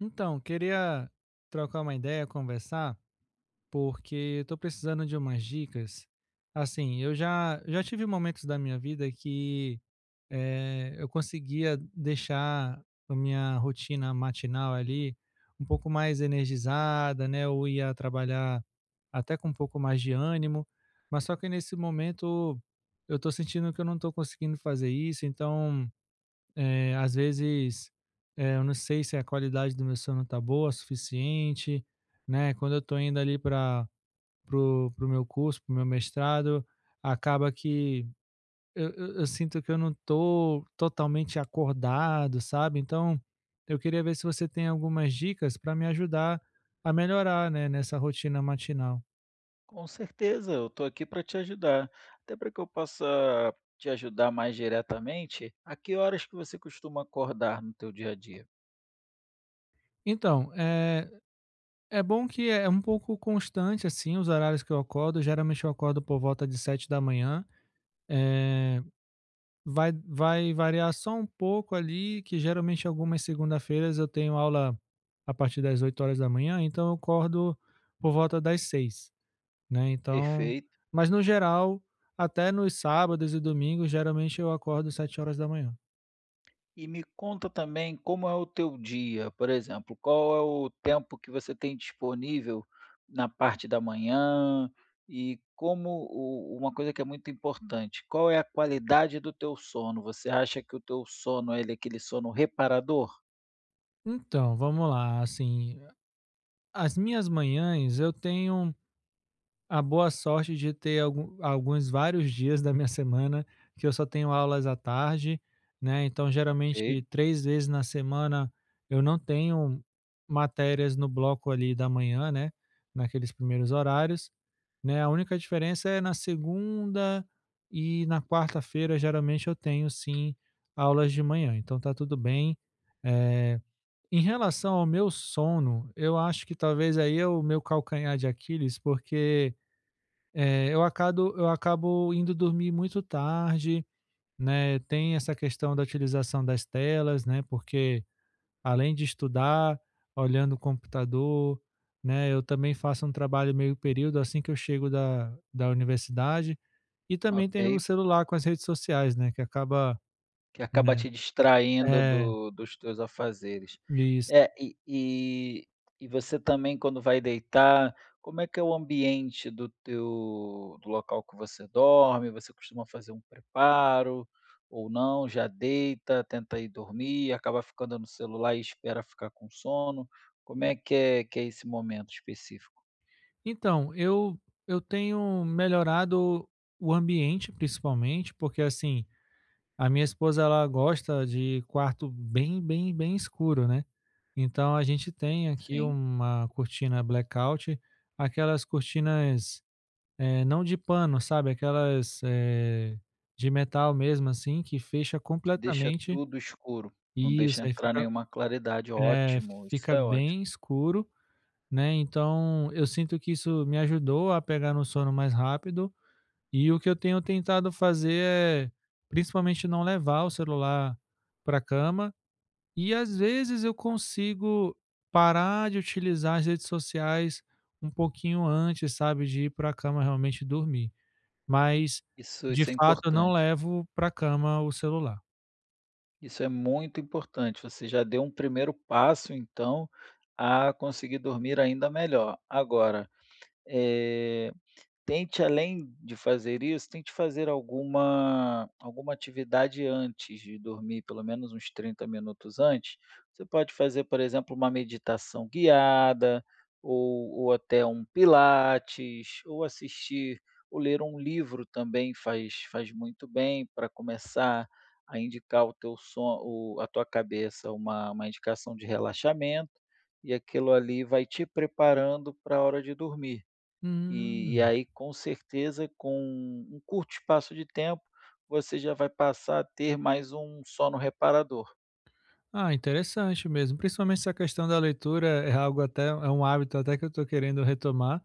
Então, queria trocar uma ideia, conversar, porque eu tô precisando de umas dicas. Assim, eu já tive momentos da minha vida que eu conseguia deixar a minha rotina matinal ali um pouco mais energizada, né? Eu ia trabalhar até com um pouco mais de ânimo, mas só que nesse momento eu tô sentindo que eu não tô conseguindo fazer isso, então é, às vezes, eu não sei se a qualidade do meu sono tá boa, suficiente, né? Quando eu tô indo ali pro meu curso, pro meu mestrado, acaba que eu sinto que eu não tô totalmente acordado, sabe? Então, eu queria ver se você tem algumas dicas para me ajudar a melhorar, né, nessa rotina matinal. Com certeza, eu estou aqui para te ajudar. Até para que eu possa te ajudar mais diretamente, a que horas que você costuma acordar no teu dia a dia? Então, é bom que é um pouco constante, assim, os horários que eu acordo. Geralmente eu acordo por volta de 7 da manhã. eh, vai variar só um pouco ali, que geralmente algumas segunda-feiras eu tenho aula a partir das 8 horas da manhã, então eu acordo por volta das 6, né. Então, Perfeito. mas no geral, até nos sábados e domingos, geralmente eu acordo 7 horas da manhã. E me conta também como é o teu dia, por exemplo, qual é o tempo que você tem disponível na parte da manhã e como o- uma coisa que é muito importante, qual é a qualidade do teu sono? Você acha que o teu sono ele é aquele sono reparador? Então, vamos lá, assim, as minhas manhãs eu tenho a boa sorte de ter alguns vários dias da minha semana que eu só tenho aulas à tarde, né, então geralmente Ok, 3 vezes na semana eu não tenho matérias no bloco ali da manhã, né, naqueles primeiros horários, né. A única diferença é na segunda e na quarta-feira, geralmente eu tenho sim aulas de manhã, então tá tudo bem. Eh, Em relação ao meu sono, eu acho que talvez aí é o meu calcanhar de Aquiles, porque eu acabo indo dormir muito tarde, né, tem essa questão da utilização das telas, né, porque além de estudar, olhando o computador, né, eu também faço um trabalho meio período assim que eu chego da universidade, e também tem o ok. celular com as redes sociais, né, que acaba, Que acaba né, te distraindo é, do dos teus afazeres. isso. É, e você também quando vai deitar, como é que é o ambiente do teu do local que você dorme? Você costuma fazer um preparo ou não? Já deita, tenta ir dormir, acaba ficando no celular e espera ficar com sono? Como é que é esse momento específico? Então, eu tenho melhorado o ambiente principalmente, porque, assim, a minha esposa ela gosta de quarto bem, bem, bem escuro, né. Então a gente tem aqui Sim, uma cortina blackout, aquelas cortinas, não de pano, sabe, aquelas, de metal mesmo, assim, que fecha que deixa completamente, tudo escuro, não isso, deixa aí entrar nenhuma claridade. é, Ótimo, isso fica é bem ótimo. escuro, né, então eu sinto que isso me ajudou a pegar no sono mais rápido, e o que eu tenho tentado fazer é, principalmente não levar o celular para cama, e às vezes eu consigo parar de utilizar as redes sociais um pouquinho antes, sabe, de ir para a cama realmente dormir. Mas, Isso de isso é fato, eu não importante. levo pra cama o celular. Isso é muito importante. Você já deu um primeiro passo, então, a conseguir dormir ainda melhor. Agora, eh, tente além de fazer isso, tente fazer alguma atividade antes de dormir, pelo menos uns 30 minutos antes. Você pode fazer, por exemplo, uma meditação guiada, ou até um pilates, ou assistir ou ler um livro também faz muito bem para começar a indicar o teu son o a tua cabeça uma indicação de relaxamento, e aquilo ali vai te preparando para a hora de dormir. E Hum. aí, com certeza, com um curto espaço de tempo, você já vai passar a ter mais um sono reparador. Ah, interessante mesmo. Principalmente essa questão da leitura é algo, até é um hábito até que eu estou querendo retomar,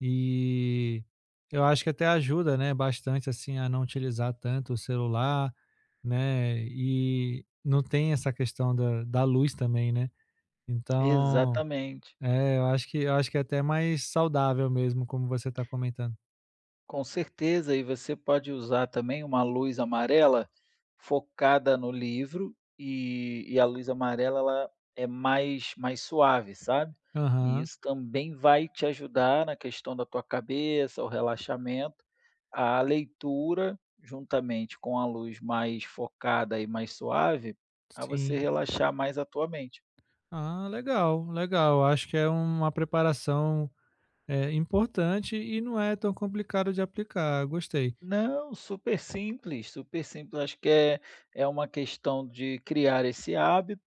e eu acho que até ajuda, né, bastante, assim, a não utilizar tanto o celular, né, e não tem essa questão da luz também, né? Então, Exatamente. é, eu acho que é até mais saudável mesmo, como você está comentando. Com certeza, e você pode usar também uma luz amarela focada no livro e a luz amarela ela é mais, mais suave, sabe? E Aham, isso também vai te ajudar na questão da tua cabeça, o relaxamento, a leitura, juntamente com a luz mais focada e mais suave, a você sim. relaxar mais a tua mente. Ah, legal, legal. Acho que é uma preparação, importante e não é tão complicado de aplicar. Gostei. Não, super simples, super simples. Acho que é, é uma questão de criar esse hábito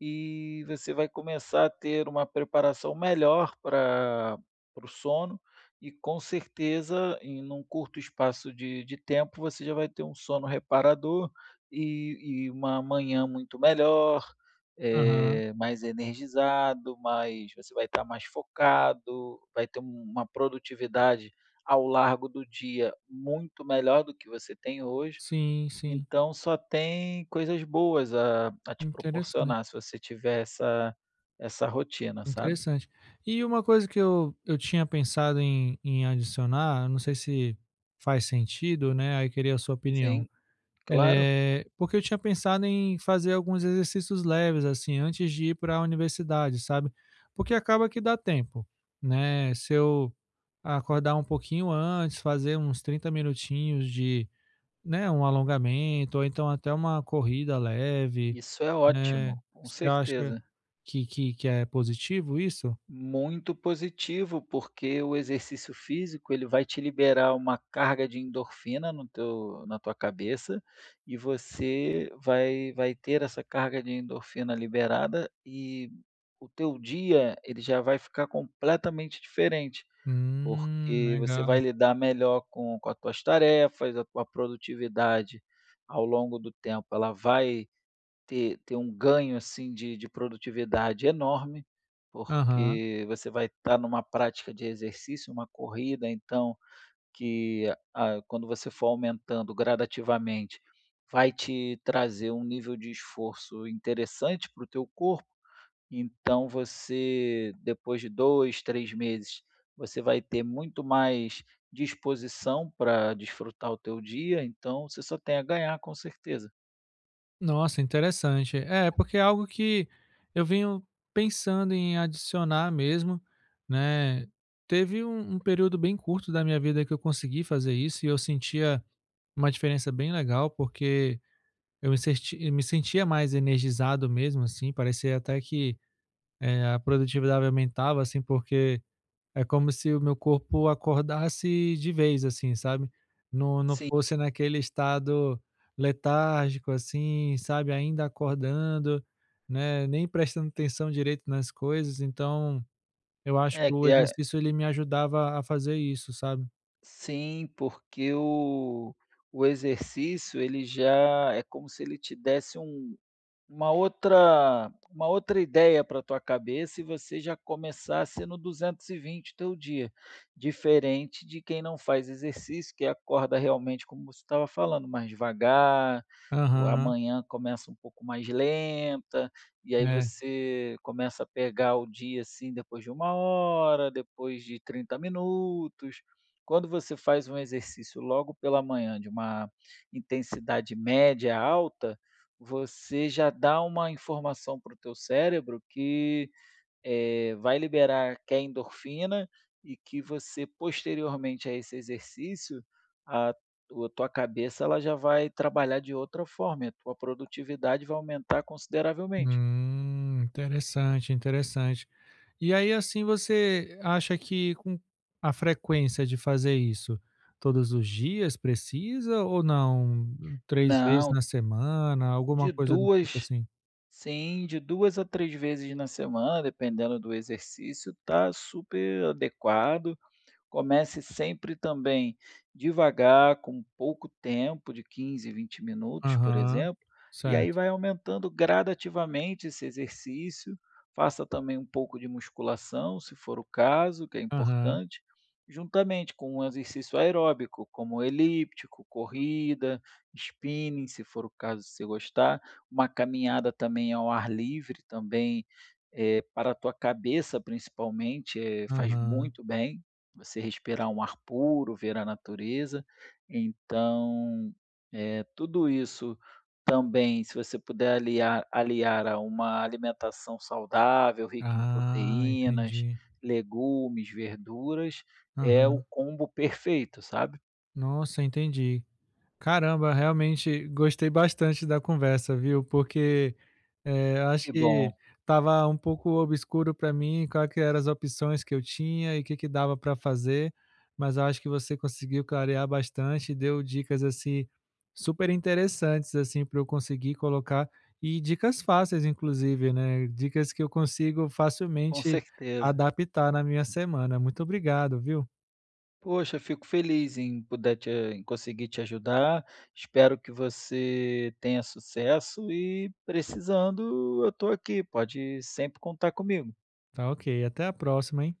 e você vai começar a ter uma preparação melhor para o sono. E com certeza, em um curto espaço de tempo, você já vai ter um sono reparador e uma manhã muito melhor, Aham, mais energizado, mais, você vai estar mais focado, vai ter um, uma produtividade ao largo do dia muito melhor do que você tem hoje. sim, sim. Então só tem coisas boas a te Interessante, proporcionar se você tiver essa rotina, sabe. interessante. E uma coisa que eu tinha pensado em adicionar, não sei se faz sentido, né, aí queria a sua opinião. Sim, claro, Porque eu tinha pensado em fazer alguns exercícios leves, assim, antes de ir para a universidade, sabe. Porque acaba que dá tempo, né, se eu acordar um pouquinho antes, fazer uns 30 minutinhos de, né, um alongamento ou então até uma corrida leve, isso é né. ótimo, com Você acha certeza. que é positivo isso? Muito positivo, porque o exercício físico, ele vai te liberar uma carga de endorfina no teu na tua cabeça, e você vai ter essa carga de endorfina liberada e o teu dia, ele já vai ficar completamente diferente, porque você vai Legal. lidar melhor com as tuas tarefas, a tua produtividade ao longo do tempo, ela vai ter um ganho, assim, de produtividade enorme, Aham. porque você vai estar numa prática de exercício, uma corrida, então, que a quando você for aumentando gradativamente, vai te trazer um nível de esforço interessante para o teu corpo, então você, depois de 2, 3 meses, você vai ter muito mais disposição para desfrutar o teu dia, então você só tem a ganhar, com certeza. Nossa, interessante. É, porque é algo que eu venho pensando em adicionar mesmo, né. Teve um período bem curto da minha vida que eu consegui fazer isso e eu sentia uma diferença bem legal, porque eu me sentia mais energizado mesmo, assim, parecia até que, a produtividade aumentava, assim, porque é como se o meu corpo acordasse de vez, assim, sabe. Não Sim. fosse naquele estado letárgico, assim, sabe, ainda acordando, né, nem prestando atenção direito nas coisas, então eu acho que É o que exercício ele me ajudava a fazer isso, sabe. sim, porque o exercício ele já é como se ele te desse uma outra ideia para a tua cabeça e você já começasse no 220 teu dia, diferente de quem não faz exercício, que acorda realmente como você estava falando, mais devagar, o a Aham, manhã começa um pouco mais lenta, e aí é. você começa a pegar o dia, assim, depois de uma hora, depois de 30 minutos. Quando você faz um exercício logo pela manhã de uma intensidade média alta, você já dá uma informação para o teu cérebro que, vai liberar que é endorfina e que você posteriormente a esse exercício, a tua cabeça ela já vai trabalhar de outra forma e a tua produtividade vai aumentar consideravelmente. Interessante, interessante. E aí, assim, você acha que com a frequência de fazer isso, todos os dias precisa ou não? 3 vezes na Não, semana, alguma de coisa do tipo 2 assim? sim, de 2 a 3 vezes na semana, dependendo do exercício, tá super adequado. Comece sempre também devagar, com pouco tempo, de 15, 20 minutos, por Aham, exemplo, e aí certo. vai aumentando gradativamente esse exercício. Faça também um pouco de musculação, se for o caso, que é Aham, importante, juntamente com um exercício aeróbico, como elíptico, corrida, spinning, se for o caso, se gostar. Uma caminhada também ao ar livre também, para a tua cabeça principalmente, faz aham. muito bem. Você respirar um ar puro, ver a natureza. Então, tudo isso também, se você puder aliar a uma alimentação saudável, rica em Ah, proteínas, entendi. legumes, verduras, é o Aham. combo perfeito, sabe. Nossa, entendi. Caramba, realmente gostei bastante da conversa, viu, porque é, eu acho Que que bom, estava um pouco obscuro para mim qual que eram as opções que eu tinha e o que que dava para fazer, mas eu acho que você conseguiu clarear bastante, e deu dicas assim super interessantes, assim, para eu conseguir colocar. E dicas fáceis inclusive, né, dicas que eu consigo com facilmente certeza. adaptar na minha semana. Muito obrigado, viu? Poxa, fico feliz em poder te em conseguir te ajudar. Espero que você tenha sucesso e precisando, eu estou aqui, pode sempre contar comigo. Tá ok, até a próxima, hein.